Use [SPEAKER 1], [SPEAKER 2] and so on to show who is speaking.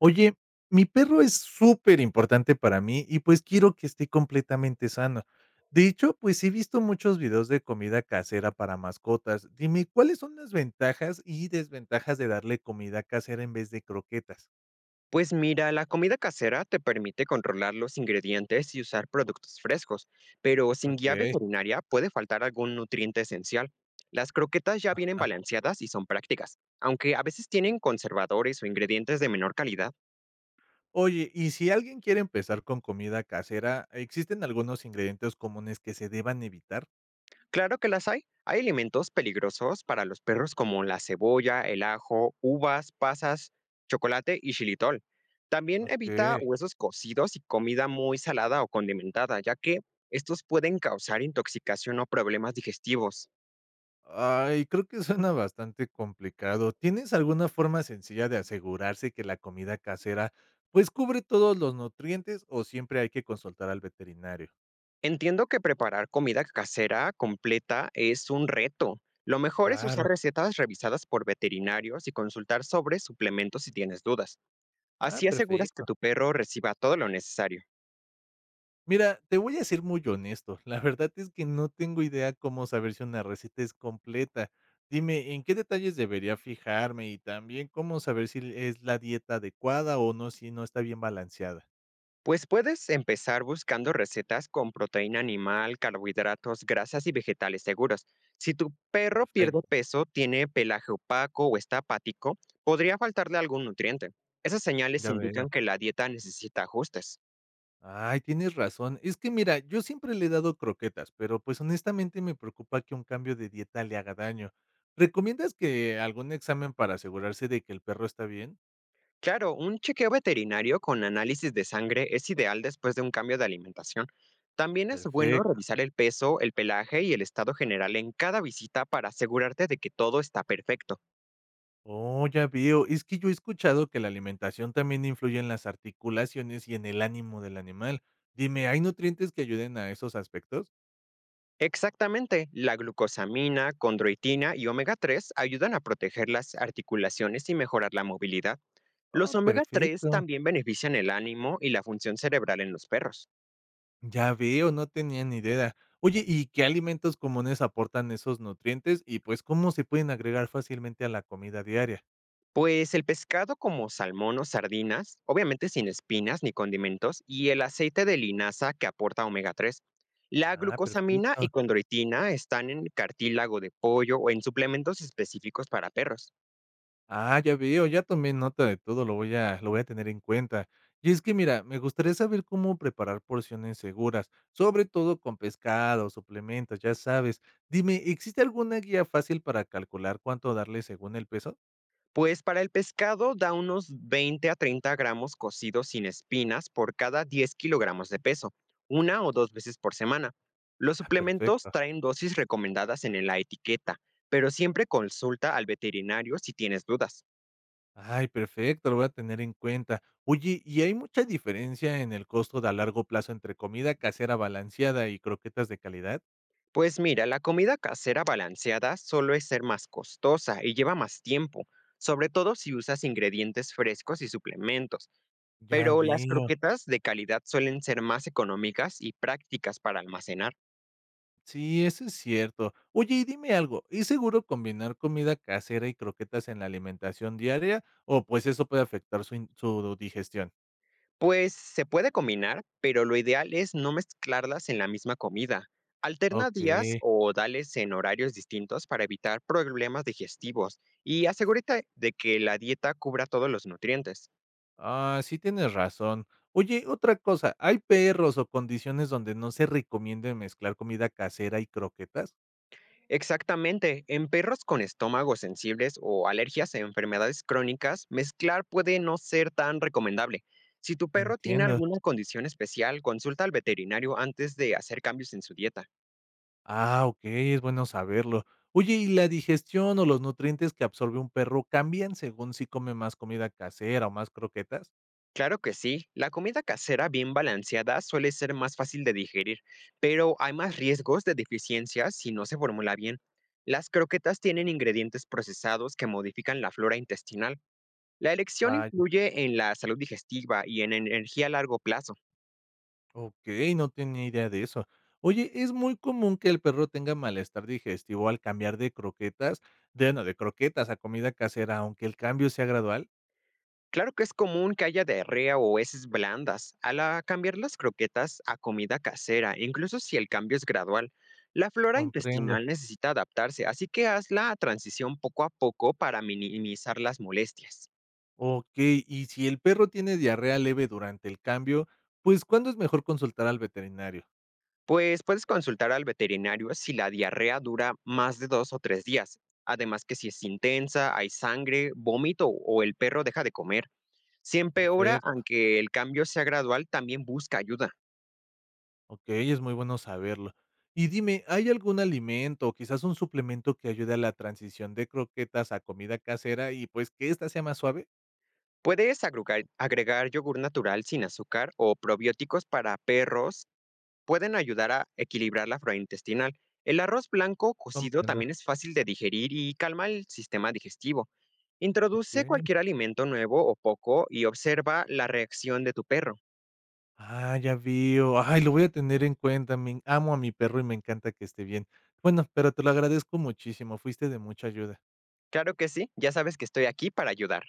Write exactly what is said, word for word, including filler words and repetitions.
[SPEAKER 1] Oye, mi perro es súper importante para mí y pues quiero que esté completamente sano. De hecho, pues he visto muchos videos de comida casera para mascotas. Dime, ¿cuáles son las ventajas y desventajas de darle comida casera en vez de croquetas?
[SPEAKER 2] Pues mira, la comida casera te permite controlar los ingredientes y usar productos frescos, pero sin guía
[SPEAKER 1] Ok.
[SPEAKER 2] veterinaria puede faltar algún nutriente esencial. Las croquetas ya vienen
[SPEAKER 1] Ah.
[SPEAKER 2] balanceadas y son prácticas, aunque a veces tienen conservadores o ingredientes de menor calidad.
[SPEAKER 1] Oye, y si alguien quiere empezar con comida casera, ¿existen algunos ingredientes comunes que se deban evitar?
[SPEAKER 2] Claro que las hay. Hay alimentos peligrosos para los perros como la cebolla, el ajo, uvas, pasas, chocolate y xilitol. También evita
[SPEAKER 1] Ok.
[SPEAKER 2] huesos cocidos y comida muy salada o condimentada, ya que estos pueden causar intoxicación o problemas digestivos.
[SPEAKER 1] Ay, creo que suena bastante complicado. ¿Tienes alguna forma sencilla de asegurarse que la comida casera, pues, cubre todos los nutrientes o siempre hay que consultar al veterinario?
[SPEAKER 2] Entiendo que preparar comida casera completa es un reto. Lo mejor es
[SPEAKER 1] Claro.
[SPEAKER 2] usar recetas revisadas por veterinarios y consultar sobre suplementos si tienes dudas.
[SPEAKER 1] Ah,
[SPEAKER 2] Así aseguras que
[SPEAKER 1] perfecto.
[SPEAKER 2] tu perro reciba todo lo necesario.
[SPEAKER 1] Mira, te voy a ser muy honesto. La verdad es que no tengo idea cómo saber si una receta es completa. Dime, ¿en qué detalles debería fijarme? Y también, ¿cómo saber si es la dieta adecuada o no, si no está bien balanceada?
[SPEAKER 2] Pues puedes empezar buscando recetas con proteína animal, carbohidratos, grasas y vegetales seguros. Si tu perro pierde
[SPEAKER 1] Perfecto,
[SPEAKER 2] peso, tiene pelaje opaco o está apático, podría faltarle algún nutriente. Esas señales
[SPEAKER 1] ya veo.
[SPEAKER 2] indican que la dieta necesita ajustes.
[SPEAKER 1] Ay, tienes razón. Es que mira, yo siempre le he dado croquetas, pero pues honestamente me preocupa que un cambio de dieta le haga daño. ¿Recomiendas que algún examen para asegurarse de que el perro está bien?
[SPEAKER 2] Claro, un chequeo veterinario con análisis de sangre es ideal después de un cambio de alimentación. También es bueno
[SPEAKER 1] Perfecto.
[SPEAKER 2] revisar el peso, el pelaje y el estado general en cada visita para asegurarte de que todo está perfecto.
[SPEAKER 1] Oh, ya veo. Es que yo he escuchado que la alimentación también influye en las articulaciones y en el ánimo del animal. Dime, ¿hay nutrientes que ayuden a esos aspectos?
[SPEAKER 2] Exactamente, la glucosamina, condroitina y omega tres ayudan a proteger las articulaciones y mejorar la movilidad.
[SPEAKER 1] Oh,
[SPEAKER 2] Los omega tres
[SPEAKER 1] perfecto.
[SPEAKER 2] también benefician el ánimo y la función cerebral en los perros,
[SPEAKER 1] Ya veo, no tenía ni idea. Oye, ¿y qué alimentos comunes aportan esos nutrientes y pues cómo se pueden agregar fácilmente a la comida diaria?
[SPEAKER 2] pues el pescado como salmón o sardinas, obviamente sin espinas ni condimentos, y el aceite de linaza que aporta omega tres. La
[SPEAKER 1] Ah,
[SPEAKER 2] glucosamina
[SPEAKER 1] perfecto.
[SPEAKER 2] y condroitina están en cartílago de pollo o en suplementos específicos para perros.
[SPEAKER 1] Ah, ya veo, ya tomé nota de todo, lo voy a, lo voy a tener en cuenta. Y es que mira, me gustaría saber cómo preparar porciones seguras, sobre todo con pescado, suplementos, ya sabes. Dime, ¿existe alguna guía fácil para calcular cuánto darle según el peso?
[SPEAKER 2] Pues para el pescado da unos veinte a treinta gramos cocidos sin espinas por cada diez kilogramos de peso, una o dos veces por semana. Los
[SPEAKER 1] Ah,
[SPEAKER 2] suplementos
[SPEAKER 1] perfecto.
[SPEAKER 2] traen dosis recomendadas en la etiqueta, pero siempre consulta al veterinario si tienes dudas.
[SPEAKER 1] Ay, perfecto, lo voy a tener en cuenta. Oye, ¿y hay mucha diferencia en el costo de a largo plazo entre comida casera balanceada y croquetas de calidad?
[SPEAKER 2] Pues mira, la comida casera balanceada solo es ser más costosa y lleva más tiempo, sobre todo si usas ingredientes frescos y suplementos,
[SPEAKER 1] Ya
[SPEAKER 2] pero las
[SPEAKER 1] veo.
[SPEAKER 2] croquetas de calidad suelen ser más económicas y prácticas para almacenar.
[SPEAKER 1] Sí, eso es cierto. Oye, y dime algo, ¿es seguro combinar comida casera y croquetas en la alimentación diaria o pues eso puede afectar su, in- su digestión?
[SPEAKER 2] Pues se puede combinar, pero lo ideal es no mezclarlas en la misma comida. Alterna
[SPEAKER 1] Ok.
[SPEAKER 2] días o dales en horarios distintos para evitar problemas digestivos y asegúrate de que la dieta cubra todos los nutrientes.
[SPEAKER 1] Ah, sí tienes razón. Oye, otra cosa, ¿hay perros o condiciones donde no se recomiende mezclar comida casera y croquetas?
[SPEAKER 2] Exactamente, en perros con estómagos sensibles o alergias a enfermedades crónicas, mezclar puede no ser tan recomendable. Si tu perro tiene
[SPEAKER 1] Entiendo.
[SPEAKER 2] alguna condición especial, consulta al veterinario antes de hacer cambios en su dieta.
[SPEAKER 1] Ah, okey, es bueno saberlo. Oye, ¿y la digestión o los nutrientes que absorbe un perro cambian según si come más comida casera o más croquetas?
[SPEAKER 2] Claro que sí, la comida casera bien balanceada suele ser más fácil de digerir, pero hay más riesgos de deficiencias si no se formula bien. Las croquetas tienen ingredientes procesados que modifican la flora intestinal. La elección
[SPEAKER 1] Vaya,
[SPEAKER 2] influye en la salud digestiva y en energía a largo plazo.
[SPEAKER 1] okey, no tenía idea de eso. Oye, ¿es muy común que el perro tenga malestar digestivo al cambiar de croquetas de no, de croquetas a comida casera, aunque el cambio sea gradual?
[SPEAKER 2] Claro que es común que haya diarrea o heces blandas al ah, cambiar las croquetas a comida casera, incluso si el cambio es gradual. La flora
[SPEAKER 1] Comprendo.
[SPEAKER 2] intestinal necesita adaptarse, así que haz la transición poco a poco para minimizar las molestias.
[SPEAKER 1] Okey, y si el perro tiene diarrea leve durante el cambio, pues, ¿cuándo es mejor consultar al veterinario?
[SPEAKER 2] Pues puedes consultar al veterinario si la diarrea dura más de dos o tres días, además que si es intensa, hay sangre, vómito o el perro deja de comer. Si empeora,
[SPEAKER 1] Perfecto.
[SPEAKER 2] aunque el cambio sea gradual, también busca ayuda.
[SPEAKER 1] Okey, es muy bueno saberlo. Y dime, ¿hay algún alimento, o quizás un suplemento que ayude a la transición de croquetas a comida casera y, pues, que esta sea más suave?
[SPEAKER 2] Puedes agrugar- agregar yogur natural sin azúcar o probióticos para perros pueden ayudar a equilibrar la flora intestinal. El arroz blanco cocido
[SPEAKER 1] Comprendo,
[SPEAKER 2] también es fácil de digerir y calma el sistema digestivo. Introduce
[SPEAKER 1] okey.
[SPEAKER 2] cualquier alimento nuevo o poco y observa la reacción de tu perro.
[SPEAKER 1] Ah, ya veo. Ay, lo voy a tener en cuenta. Me en- amo a mi perro y me encanta que esté bien. Bueno, pero te lo agradezco muchísimo, fuiste de mucha ayuda.
[SPEAKER 2] Claro que sí, ya sabes que estoy aquí para ayudar.